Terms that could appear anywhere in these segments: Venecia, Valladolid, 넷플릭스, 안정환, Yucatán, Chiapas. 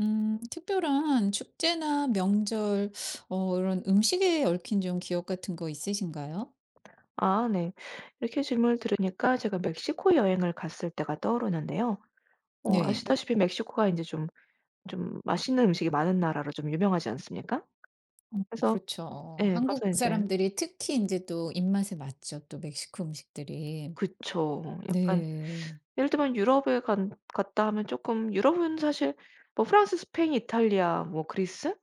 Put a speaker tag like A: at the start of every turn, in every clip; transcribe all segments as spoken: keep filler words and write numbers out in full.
A: 음 특별한 축제나 명절 어 이런 음식에 얽힌 좀 기억 같은 거 있으신가요?
B: 아 네. 이렇게 질문을 들으니까 제가 멕시코 여행을 갔을 때가 떠오르는데요. 어
A: 네.
B: 아시다시피 멕시코가 이제 좀 좀 맛있는 음식이 많은 나라로 좀 유명하지 않습니까?
A: 어
B: 그래서
A: 그렇죠.
B: 예, 가서
A: 한국
B: 이제,
A: 사람들이 특히 이제 또 입맛에 맞죠, 또 멕시코 음식들이.
B: 그쵸, 약간.
A: 네.
B: 예를 들면 유럽에 간 갔다 하면 조금, 유럽은 사실 뭐 프랑스, 스페인, 이탈리아, 뭐 그리스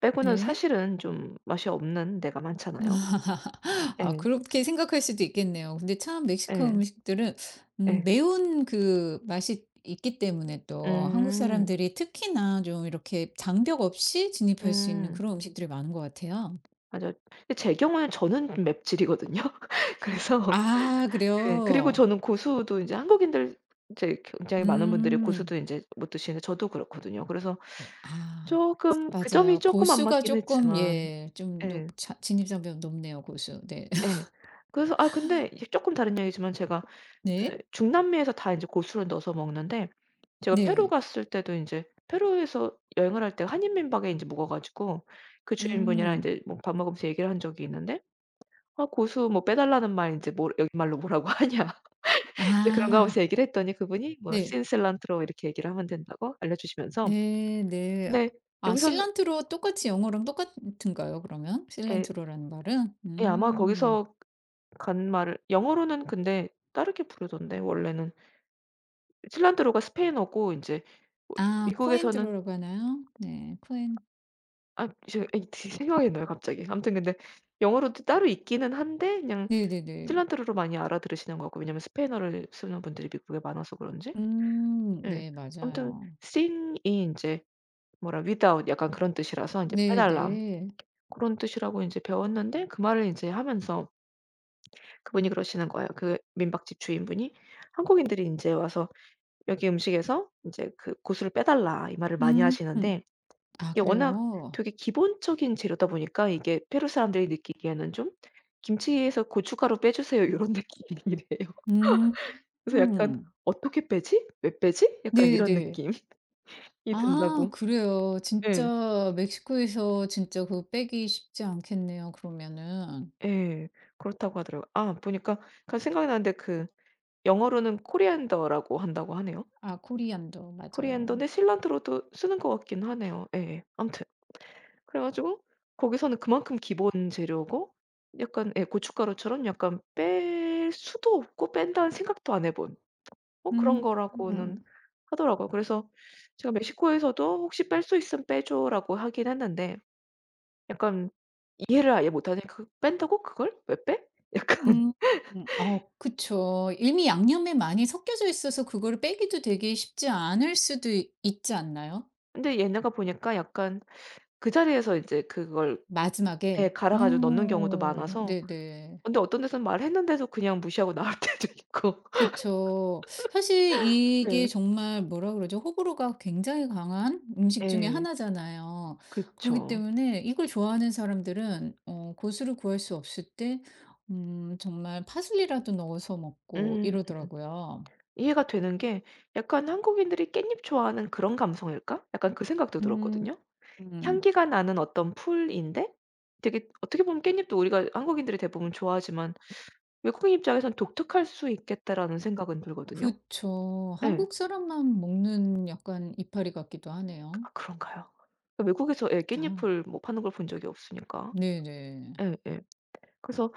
B: 빼고는
A: 네.
B: 사실은 좀 맛이 없는 데가 많잖아요.
A: 아
B: 예.
A: 그렇게 생각할 수도 있겠네요. 근데 참 멕시코
B: 예.
A: 음식들은 음
B: 예.
A: 매운 그 맛이 있기 때문에 또 한국
B: 음.
A: 사람들이 특히나 좀 이렇게 장벽 없이 진입할 수 있는
B: 음.
A: 그런 음식들이 많은 것 같아요.
B: 맞아. 근데 제 경우는 저는 좀 맵찔이거든요. 그래서.
A: 아
B: 네. 그리고
A: 그래요?
B: 저는 고수도 인제, 한국인들 이제 굉장히 많은 분들이
A: 음.
B: 고수도 인제 못 드시는데 저도 그렇거든요. 그래서
A: 아
B: 쪼끔 그 점이
A: 맞아요.
B: 쪼끔 안
A: 고수가
B: 맞긴
A: 조금
B: 했지만.
A: 예 좀 높
B: 예.
A: 자 진입장벽 높네요 고수. 네.
B: 예. 그래서 아, 근데 이게 쪼끔 다른 얘기지만, 제가 그
A: 네.
B: 중남미에서 다 인제 고수를 넣어서 먹는데, 제가 페루
A: 네.
B: 갔을 때도 인제 페루에서 여행을 할 때 한인 민박에 인제 묵어 가지고 그 주인분이랑
A: 음.
B: 인제 뭐 밥 먹으면서 얘기를 한 적이 있는데, "아, 고수 뭐 빼 달라는 말 인제 뭐 여기 말로 뭐라고 하냐." 이제 그런가
A: 아.
B: 하고서 얘기를 했더니 그분이 뭐
A: 네.
B: s i 란 c 로 이렇게 얘기를 하면 된다고 알려주시면서.
A: 네 네.
B: 근데
A: 아
B: 여기서는
A: 실란트로 똑같이 영어랑 똑같은가요 그러면?
B: 예,
A: 실란트로라는 말은?
B: 예 아마
A: 음.
B: 거기서 간 말을 영어로는 근데 다르게 부르던데 원래는. 칠란트로가 스페인어고 인제, 뭐
A: 아
B: 미국에서는,
A: 코엔트로라고 하나요? 네. 코엔
B: 아 지금 이 드 생각이 안 나요 갑자기. 아무튼 근데 영어로도 따로 있기는 한데 그냥
A: 네네네.
B: 칠란트로로 많이 알아들으시는 것 같고, 왜냐면 스페인어를 쓰는 분들이 미국에 많아서 그런지.
A: 음.
B: 예.
A: 네
B: 아무튼
A: 맞아요.
B: sin이 인제 뭐라 without 약간 그런 뜻이라서 인제 빼달라,
A: 네네.
B: 그런 뜻이라고 이제 배웠는데, 그 말을 이제 하면서 그분이 그러시는 거예요. 그 민박집 주인분이, 한국인들이 이제 와서 "여기 음식에서 이제 그 고수를 빼달라." 이 말을 많이
A: 음.
B: 하시는데,
A: 아
B: 이게 워낙
A: 그래요?
B: 되게 기본적인 재료다 보니까 이게 페루 사람들이 느끼기에는 좀 "김치에서 고춧가루 빼주세요." 이런 느낌이래요.
A: 음.
B: 그래서 약간
A: 음.
B: '어떻게 빼지? 왜 빼지?' 약간 이런
A: 네네.
B: 느낌이
A: 아
B: 든다고.
A: 그래요.
B: 예.
A: 진짜 멕시코에서 진짜 그거 빼기 쉽지 않겠네요 그러면은.
B: 예. 그렇다고 하더라고요. 아 보니까 그 생각이 나는데, 그 영어로는 코리안더라고 한다고 하네요.
A: 아 코리안도 맞아요.
B: 코리안더인데 실란트로도 쓰는 것 같긴 하네요. 예 예. 아무튼 그래 가지고 거기서는 그만큼 기본 재료고, 약간 예 고춧가루처럼 약간 뺄 수도 없고 뺀다는 생각도 안 해 본 뭐 그런
A: 음.
B: 거라고는
A: 음.
B: 하더라고요. 그래서 제가 멕시코에서도 "혹시 뺄 수 있으면 빼줘."라고 하긴 했는데, 약간 이해를 아예 못 하니까 "그 뺀다고 그걸? 왜 빼?" 약간.
A: 음. 어 그쵸. 이미 양념에 많이 섞여져 있어서 그거를 빼기도 되게 쉽지 않을 수도 있- 있지 않나요?
B: 근데 얘네가 보니까 약간 그 자리에서 이제 그걸 예
A: 마지막에?
B: 갈아 가지고 넣는 경우도
A: 어
B: 많아서.
A: 네네.
B: 근데 어떤 데서는 말했는데도 그냥 무시하고 나올 때도 있고.
A: 그쵸. 사실 이게
B: 네.
A: 정말 뭐라 그러죠? 호불호가 굉장히 강한 음식 중에
B: 예.
A: 하나잖아요. 그렇기
B: 그쵸.
A: 때문에 이걸 좋아하는 사람들은 어, 고수를 구할 수 없을 때 음, 정말 파슬리라도 넣어서 먹고
B: 음.
A: 이러더라고요.
B: 이해가 되는 게 약간 '한국인들이 깻잎 좋아하는 그런 감성일까?' 약간 그 생각도
A: 음,
B: 들었거든요.
A: 음.
B: 향기가 나는 어떤 풀인데, 되게 어떻게 보면 깻잎도 우리가 한국인들이 대부분 좋아하지만 외국인 입장에선 '독특할 수 있겠다.'라는 생각은 들거든요.
A: 그쵸.
B: 예.
A: 한국 사람만 먹는 약간 이파리 같기도 하네요.
B: 아 그런가요? 그러니까 외국에서 예
A: 아,
B: 깻잎을 뭐 파는 걸 본 적이 없으니까.
A: 네네.
B: 예예. 그래서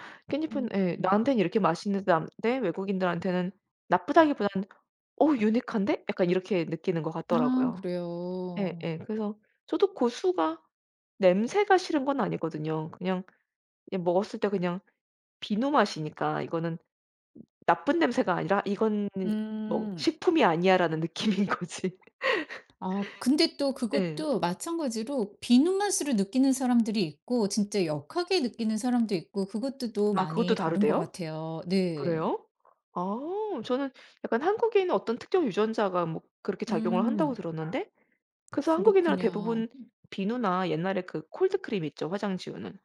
A: 음.
B: 깻잎은 예
A: 음.
B: 나한테는 이렇게 맛있는데 남 데 외국인들한테는 나쁘다기보다는 '어 유니크한데?' 약간 이렇게 느끼는 것
A: 아,
B: 같더라고요.
A: 그래요.
B: 예예. 그래서 저도 고수가 냄새가 싫은 건 아니거든요. 그냥 이게 먹었을 때 그냥 비누 맛이니까 이거는 나쁜 냄새가 아니라 '이건 뭐
A: 음.
B: 식품이 아니야.'라는 느낌인 거지.
A: 아 근데 또
B: 예.
A: 그것도 마찬가지로 비누맛으로 느끼는 사람들이 있고 진짜 역하게 느끼는 사람도 있고 그것도 또
B: 아, 그것도
A: 많이 다른 것
B: 다르대요?
A: 같아요. 네.
B: 그래요? 아, 저는 약간 한국에 있는 어떤 특정 유전자가 뭐 그렇게 작용을 한다고
A: 음.
B: 들었는데, 그래서 한국인들은
A: 그렇군요.
B: 대부분 비누나 옛날에 그 콜드크림 있죠, 화장 지우는.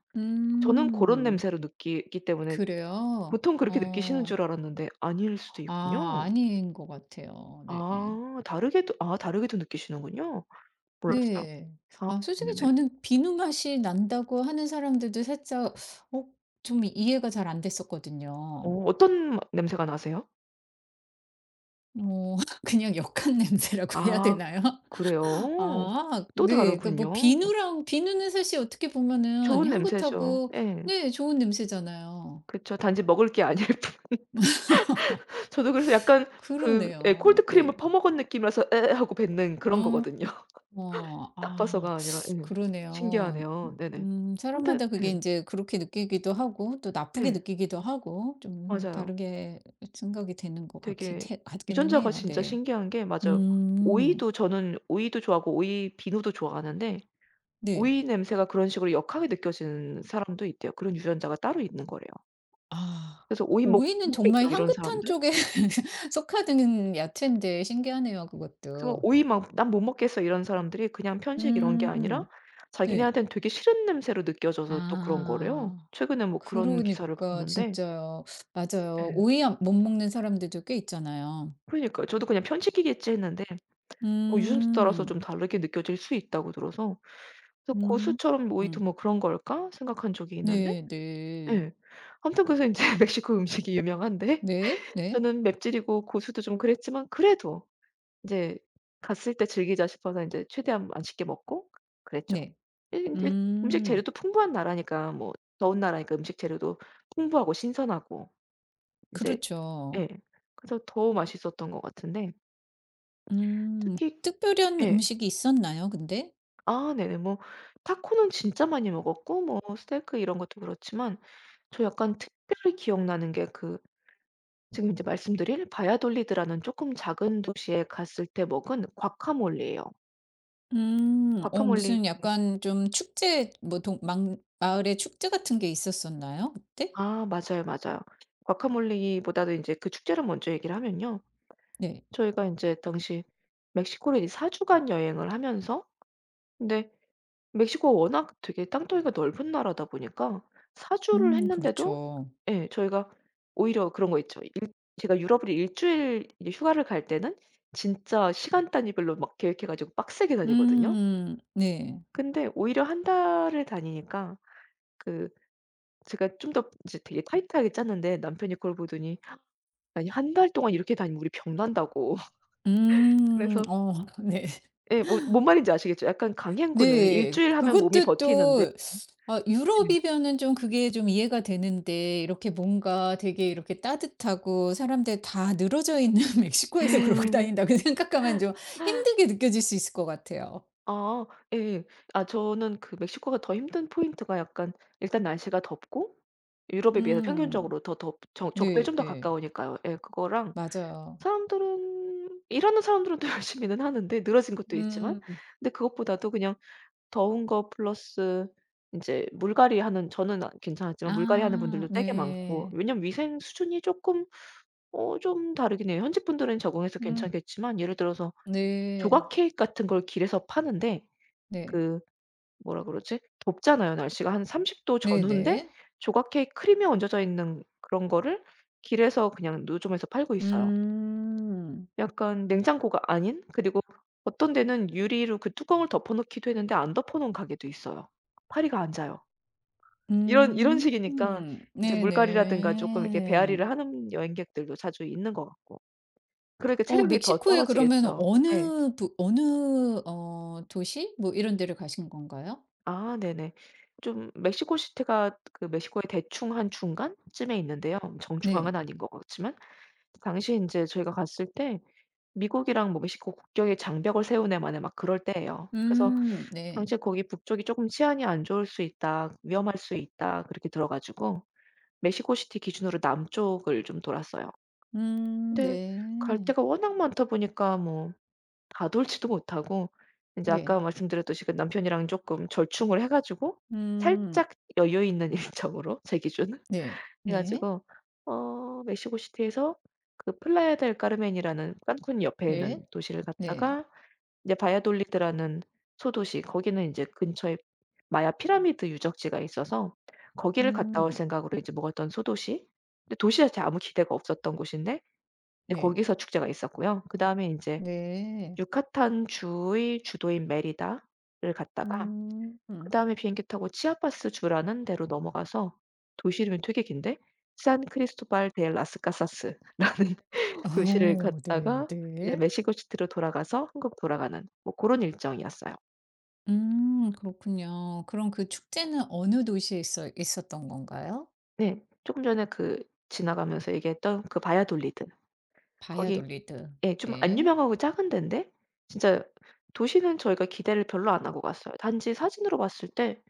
B: 저는 고런
A: 음.
B: 냄새로 느끼기 때문에
A: 그래요?
B: 보통 그렇게 느끼시는
A: 어.
B: 줄 알았는데 아닐 수도
A: 아
B: 있군요.
A: 아닌 것 같아요. 네.
B: 아, 다르게도, 아 다르게도 느끼시는군요. 몰랐어요.
A: 네.
B: 아
A: 아 솔직히
B: 네네.
A: 저는 비누맛이 난다고 하는 사람들도 살짝 어 좀 이해가 잘 안 됐었거든요.
B: 어 어떤 마 냄새가 나세요?
A: 어 그냥 역한 냄새라고 해야
B: 아,
A: 되나요?
B: 그래요?
A: 아
B: 또
A: 네. 그러니까 뭐
B: 다르군요.
A: 비누랑 비누는 사실 어떻게 보면은
B: 좋은 냄새죠.
A: 향긋하고
B: 예.
A: 네 좋은 냄새잖아요.
B: 그쵸. 단지 먹을 게 아닐 뿐. 저도 그래서 약간 그 예
A: 그러네요.
B: 콜드크림을
A: 네.
B: 퍼먹은 느낌이라서 "에에." 하고 뱉는 그런
A: 어
B: 거거든요.
A: 어 아
B: 나빠서가 아니라 예.
A: 그러네요.
B: 신기하네요.
A: 음
B: 네네.
A: 음
B: 근데
A: 사람마다 그게
B: 예.
A: 이제 그렇게 느끼기도 하고 또 나쁘게
B: 예.
A: 느끼기도 하고 좀
B: 맞아요.
A: 다르게 생각이 되는 것 같긴
B: 되게
A: 해 같기는
B: 유전자가
A: 해요.
B: 진짜
A: 네.
B: 신기한 게 맞아요.
A: 음
B: 오이도, 저는 오이도 좋아하고 오이 비누도 좋아하는데
A: 네.
B: 오이 냄새가 그런 식으로 역하게 느껴지는 사람도 있대요. 그런 유전자가 따로 있는 거래요.
A: 아
B: 그래서 '오이 못
A: 오이는
B: 먹겠다.'
A: 정말
B: 이런
A: 향긋한
B: 사람들.
A: 쪽에 속하는 야채인데 신기하네요
B: 그래서
A: 그것도.
B: 오이 막 '난 못 먹겠어.' 이런 사람들이 그냥 편식 이런 게 아니라
A: 음. 네.
B: 자기네한테는 되게 싫은 냄새로 느껴져서 또 그런 거래요.
A: 아.
B: 최근에 뭐 그런 기사를
A: 그러니까
B: 봤는데.
A: 진짜요. 맞아요.
B: 예.
A: 오이 안 못 먹는 사람들도 꽤 있잖아요.
B: 그러니까요. 저도 그냥 편식이겠지 했는데 어 유전자 따라서
A: 음.
B: 좀 다르게 느껴질 수 있다고 들어서, 그래서
A: 음.
B: '고수처럼
A: 음.
B: 모히또 뭐 그런 걸까?' 생각한 적이 있는데.
A: 네 네.
B: 예. 아무튼 그래서 인제 멕시코 음식이 유명한데
A: 네. 네.
B: 저는 맵찔이고 고수도 좀 그랬지만 그래도 인제 갔을 때 즐기자 싶어서 인제 최대한 맛있게 먹고 그랬죠.
A: 네.
B: 예 인제 음식
A: 음.
B: 재료도 풍부한 나라니까, 뭐 더운 나라니까 음식 재료도 풍부하고 신선하고, 인제
A: 그렇죠.
B: 예. 그래서 더 맛있었던 것 같은데,
A: 음.
B: 특히.
A: 특별한
B: 예.
A: 음식이 있었나요 근데?
B: 아 네네. 뭐 타코는 진짜 많이 먹었고 뭐 스테이크 이런 것도 그렇지만 저 약간 특별히 기억나는 게, 그 지금 이제 말씀드릴 바야돌리드라는 조금 작은 도시에 갔을 때 먹은 과카몰리예요.
A: 음. 어
B: 과카몰리
A: 무슨
B: 그.
A: 약간 좀 축제 뭐 동 막 마을에 축제 같은 게 있었었나요 그때?
B: 아 맞아요, 맞아요. 과카몰리보다도 이제 그 축제를 먼저 얘기를 하면요.
A: 네.
B: 저희가 이제 당시 멕시코를 사4 주간 여행을 하면서, 근데 멕시코가 워낙 되게 땅덩이가 넓은 나라다 보니까 사주를
A: 음
B: 했는데도,
A: 그렇죠.
B: 예 저희가 오히려 그런 거 있죠. 일, 제가 유럽을 일 주일 이제 휴가를 갈 때는 진짜 시간 단위별로 막 계획해 가지고 빡세게 다니거든요.
A: 음. 네.
B: 근데 오히려 한 달을 다니니까 그, 제가 좀 더 이제 되게 타이트하게 짰는데 남편이 그걸 보더니 "아니 한 달 동안 이렇게 다니면 우리 병난다."고.
A: 음.
B: 그래서
A: 어 네.
B: 예, 뭐 뭔 말인지 아시겠죠? 약간 강행군을 일
A: 네.
B: 주일 하면 몸이
A: 그것도
B: 버티는데.
A: 또 아
B: 예.
A: 유럽이면은 좀 그게 좀 이해가 되는데 이렇게 뭔가 되게 이렇게 따뜻하고 사람들 다 늘어져 있는 멕시코에서 그러고 다닌다고 생각하면 좀 힘들게 느껴질 수 있을 것 같아요.
B: 아 예. 아 저는 그 멕시코가 더 힘든 포인트가 약간, 일단 날씨가 덥고 유럽에 비해서
A: 음.
B: 평균적으로 더 덥 적 적도에
A: 네
B: 좀 더
A: 네.
B: 가까우니까요. 예 그거랑
A: 맞아요.
B: 사람들은, 일하는 사람들은 또 열심히는 하는데 늘어진 것도 있지만,
A: 음.
B: 근데 그것보다도 그냥 더운 거 플러스 이제 물갈이 하는, 저는 아 괜찮았지만 물갈이 하는
A: 아
B: 분들도 되게 많고,
A: 네.
B: 왜냐면 위생 수준이 조금 어 좀 다르긴 해요. 현지 분들은 적응해서
A: 음
B: 괜찮겠지만 예를 들어서
A: 네.
B: 조각 케이크 같은 걸 길에서 파는데,
A: 네.
B: 그 뭐라 그러지? 덥잖아요 날씨가. 한 삼십 도 전후인데
A: 네네.
B: 조각 케이크 크림이 얹어져 있는 그런 거를 길에서 그냥 노점에서 팔고 있어요.
A: 음.
B: 약간 냉장고가 아닌. 그리고 어떤 데는 유리로 그 뚜껑을 덮어 놓기도 했는데 안 덮어 놓은 가게도 있어요. 파리가 안 자요. 이런 이런 식이니까
A: 음.
B: 인제 물갈이라든가 쪼끔 이렇게
A: 네네.
B: 배앓이를 하는 여행객들도 자주 있는 것 같고, 그러니까
A: 어
B: 체력이 더
A: 멕시코에 그러면
B: 떨어지겠죠. 예.
A: 어느 부 어느 어 도시 뭐 이런 데를 가신 건가요?
B: 아 네네. 좀 멕시코 시티가 그 멕시코의 대충 한 중간쯤에 있는데요. 정중앙은
A: 네.
B: 아닌 것 같지만. 당시 인제 저희가 갔을 때 미국이랑 뭐 멕시코 국경에 장벽을 세우네 마네 막 그럴 때예요. 그래서
A: 음 네.
B: 당시에 거기 북쪽이 "쪼끔 치안이 안 좋을 수 있다. 위험할 수 있다." 그렇게 들어 가지고 멕시코 시티 기준으로 남쪽을 좀 돌았어요.
A: 음
B: 근데 갈
A: 네.
B: 데가 워낙 많다 보니까 뭐 가돌지도 못하고 인제
A: 네.
B: 아까 말씀드렸듯이 그 남편이랑 쪼끔 절충을 해 가지고
A: 음
B: 살짝 여유 있는 일정으로, 제 기준은,
A: 네.
B: 해
A: 네.
B: 가지고 어 멕시코 시티에서 그 플라야 델 카르멘이라는 칸쿤 옆에 있는
A: 네.
B: 도시를
A: 네.
B: 갔다가 이제 바야돌리드라는 소도시, 거기는 인제 근처에 마야 피라미드 유적지가 있어서 거기를 갔다 올
A: 음
B: 생각으로 이제 묵었던 소도시. 근데 도시 자체에 아무 기대가 없었던 곳인데 이제
A: 네.
B: 거기서 축제가 있었고요. 그다음에 인제
A: 네.
B: 유카탄 주의 주도인 메리다를 갔다가,
A: 음. 음.
B: 그다음에 비행기 타고 치아파스 주라는 데로 넘어가서 도시 이름이 되게 긴데 산 크리스토발 데 라스 카사스라는 도시를
A: 어네
B: 갔다가 이제
A: 네.
B: 멕시코 시티로 돌아가서 한국 돌아가는 뭐 그런 일정이었어요.
A: 음 그렇군요. 그럼 그 축제는 어느 도시에 있어 있었던 건가요?
B: 네. 조금 전에 그 지나가면서 얘기했던 그 바야돌리드, 거기.
A: 바이아돌리드.
B: 예 좀 안
A: 네.
B: 유명하고 작은 데인데, 진짜 도시는 저희가 기대를 별로 안 하고 갔어요. 단지 사진으로 봤을 때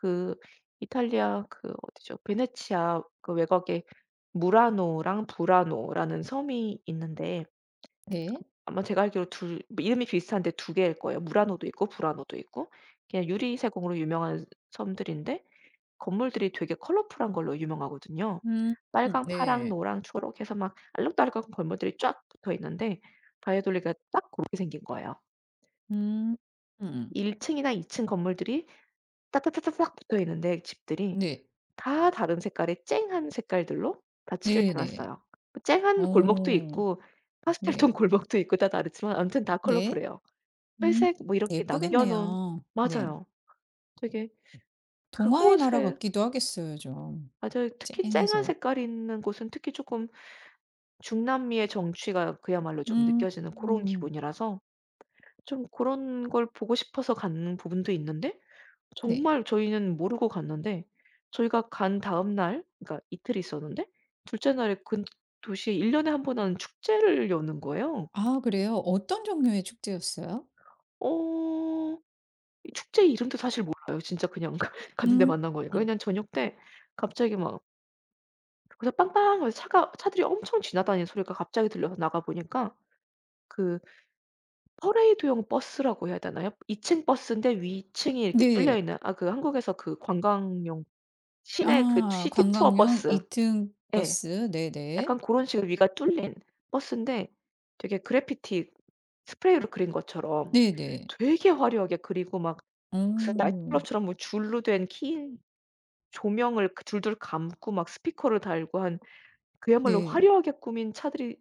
B: 그 이탈리아 그 어디죠? 베네치아 그 외곽에 무라노랑 부라노라는 섬이 있는데,
A: 네.
B: 아마 제가 알기로 둘 뭐 이름이 비슷한데 두 개일 거예요. 무라노도 있고 부라노도 있고 그냥 유리 세공으로 유명한 섬들인데 건물들이 되게 컬러풀한 걸로 유명하거든요.
A: 음 음,
B: 빨강, 파랑,
A: 네.
B: 노랑, 초록 해서 막 알록달록 건물들이 쫙 붙어 있는데 바이아돌리드가 딱 그렇게 생긴 거예요.
A: 음. 음.
B: 일 층이나 이 층 건물들이 따따따따딱 붙어 있는데 집들이
A: 네.
B: 다 다른 색깔의 쨍한 색깔들로 다 칠을 해
A: 네네.
B: 놨어요. 뭐 쨍한 골목도
A: 어.
B: 있고 파스텔
A: 네.
B: 톤 골목도 있고 다 다르지만 아무튼 다
A: 네.
B: 컬러풀해요.
A: 음.
B: 회색 뭐 이렇게 남겨 놓은.
A: 예쁘겠네요. 네.
B: 맞아요. 되게.
A: 동화의 나라
B: 그곳에.
A: 같기도 하겠어요 좀.
B: 맞아요. 특히 쨍한
A: 쨍해서.
B: 색깔이 있는 곳은 특히 쪼끔 중남미의 정취가 그야말로 좀
A: 음.
B: 느껴지는 고런
A: 음.
B: 기분이라서 좀 고런 걸 보고 싶어서 간 부분도 있는데,
A: 네.
B: 정말 저희는 모르고 갔는데, 저희가 간 다음 날 그러니까 이틀 있었는데 둘째 날에 그 도시에 일 년에 한 번 하는 축제를 여는 거예요.
A: 아 그래요? 어떤 종류의 축제였어요?
B: 어 이 축제 이름도 사실 몰라요. 진짜 그냥 가 갔는데
A: 음.
B: 만난 거니까.
A: 음.
B: 그냥 저녁 때 갑자기 막 거기서 빵빵하면서 차가 차들이 엄청 지나다니는 소리가 갑자기 들려서 나가 보니까 그 퍼레이드용 버스라고 해야 되나요? 이 층 버스인데 위층이 이렇게 뚫려
A: 네.
B: 있는, 아 그 한국에서 그 관광용 시내 그
A: 아
B: 시티 투어
A: 관광용
B: 버스.
A: 이 등
B: 예.
A: 버스. 네네.
B: 약간 그런 식으로 위가 뚫린 버스인데, 되게 그래피티 스프레이로 그린 것처럼
A: 네네.
B: 되게 화려하게, 그리고 막 무슨
A: 어.
B: 나이트클럽처럼 뭐 줄로 된 긴 조명을 그 줄줄 감고 막 스피커를 달고 한, 그야말로
A: 네.
B: 화려하게 꾸민 차들이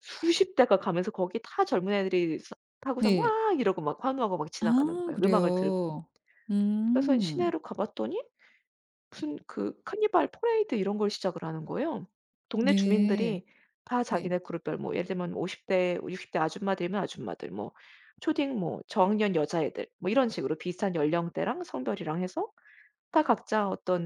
B: 수십 대가 가면서 거기 다 젊은 애들이 서 타고서
A: 네.
B: 막 이러고 막 환호하고 막 지나가는
A: 아
B: 거예요, 음악을 들고.
A: 그래요.
B: 그래서
A: 음.
B: 시내로 가 봤더니 무슨 그 카니발 퍼레이드 이런 걸 시작을 하는 거예요. 동네
A: 네.
B: 주민들이 다
A: 네.
B: 자기네 그룹별, 뭐 예를 들면 오십 대 육십 대 아줌마들이면 아줌마들 뭐, 초딩 뭐 저학년 여자애들 뭐 이런 식으로 비슷한 연령대랑 성별이랑 해서 다 각자 어떤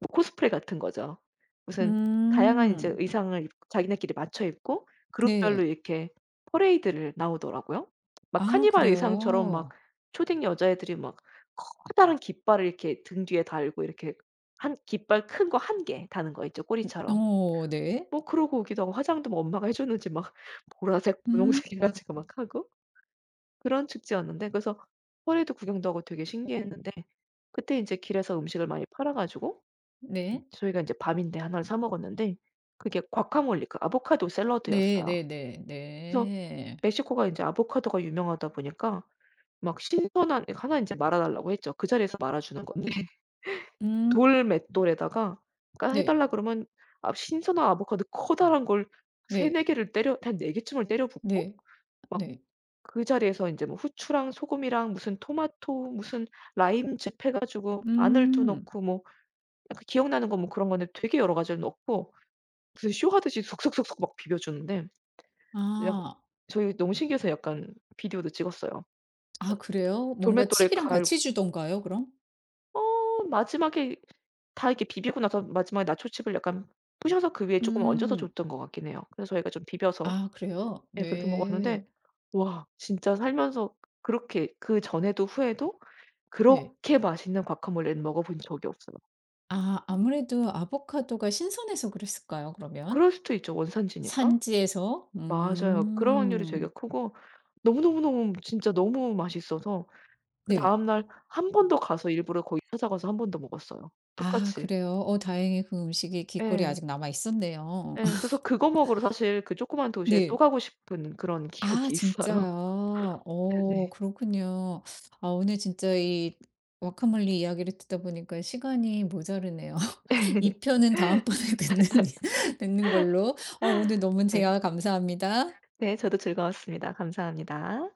B: 뭐 코스프레 같은 거죠. 무슨 다양한 이제
A: 음.
B: 의상을 입 자기네끼리 맞춰 입고 그룹별로
A: 네.
B: 이렇게 퍼레이드를 나오더라고요. 막
A: 아
B: 카니발 의상처럼 막
A: 그래요.
B: 초딩 여자애들이 막 커다란 깃발을 이렇게 등 뒤에 달고 이렇게 한, 깃발 큰 거 한 개 다는 거 있죠, 꼬리처럼.
A: 어 네.
B: 뭐 그러고 오기도 하고 화장도 뭐 엄마가 해 줬는지 막 보라색,
A: 음.
B: 분홍색 해 가지고 막 하고, 그런 축제였는데. 그래서 퍼레이드 구경도 하고 되게 신기했는데 그때 인제 길에서 음식을 많이 팔아 가지고
A: 네.
B: 저희가 인제 밤인데 하나를 사 먹었는데 그게 과카몰리, 그 아보카도 샐러드였어요.
A: 네네네 네. 네,
B: 그래서
A: 네.
B: 멕시코가 인제 아보카도가 유명하다 보니까 막 신선한 하나 인제 말아 달라고 했죠. 그 자리에서 말아 주는 건데
A: 음.
B: 돌맷돌에다가, 그러니까 해
A: 네.
B: 달라 그러면, 아 신선한 아보카도 커다란 걸
A: 네.
B: 서너 개를 때려, 한 네 개쯤을 때려 붓고
A: 네.
B: 막
A: 네.
B: 그 자리에서 인제 뭐 후추랑 소금이랑 무슨 토마토 무슨 라임즙 해 가지고 마늘도
A: 음.
B: 넣고 뭐, 약간 기억나는 건 뭐 그런 건데 되게 여러 가지를 넣고 무슨 쇼하듯이 속속속속 막 비벼 주는데 약,
A: 아.
B: 저희 너무 신기해서 약간 비디오도 찍었어요.
A: 아 그래요? 뭔가
B: 돌맷돌에
A: 칩이랑
B: 갈고
A: 같이 주던가요 그럼?
B: 어 마지막에, 다 이렇게 비비고 나서 마지막에 나초칩을 약간 부셔서 그 위에 조금 얹어서
A: 음.
B: 줬던 것 같긴 해요. 그래서 저희가 좀 비벼서
A: 아 그래요?
B: 예 그렇게 먹었는데.
A: 네.
B: 와 진짜 살면서 그렇게, 그전에도 후에도
A: 네.
B: 그렇게 맛있는 과카몰레는 먹어 본 적이 없어요.
A: 아 아무래도 아보카도가 신선해서 그랬을까요 그러면?
B: 그럴 수도 있죠, 원산지니까.
A: 산지에서?
B: 맞아요. 그럴 확률이 되게
A: 음.
B: 크고 너무너무너무 진짜 너무 맛있어서
A: 네.
B: 그다음 날 한 번 더 가서 일부러 거기 찾아가서 한 번 더 먹었어요.
A: 아
B: 똑같이.
A: 그래요? 어 다행히 그 음식이 길거리에
B: 예.
A: 아직 남아 있었네요.
B: 예. 그래서 그거 먹으러 사실 그 조그만 도시에 또
A: 네.
B: 가고 싶은 그런
A: 아
B: 기억이 있어요.
A: 진짜요? 어
B: 네네.
A: 그렇군요. 아 오늘 진짜 이 와카몰리 이야기를 듣다 보니까 시간이 모자르네요. 이 편은 다음번에 듣는 듣는 걸로. 어 오늘 너무
B: 네.
A: 제가 감사합니다.
B: 네, 저도 즐거웠습니다. 감사합니다.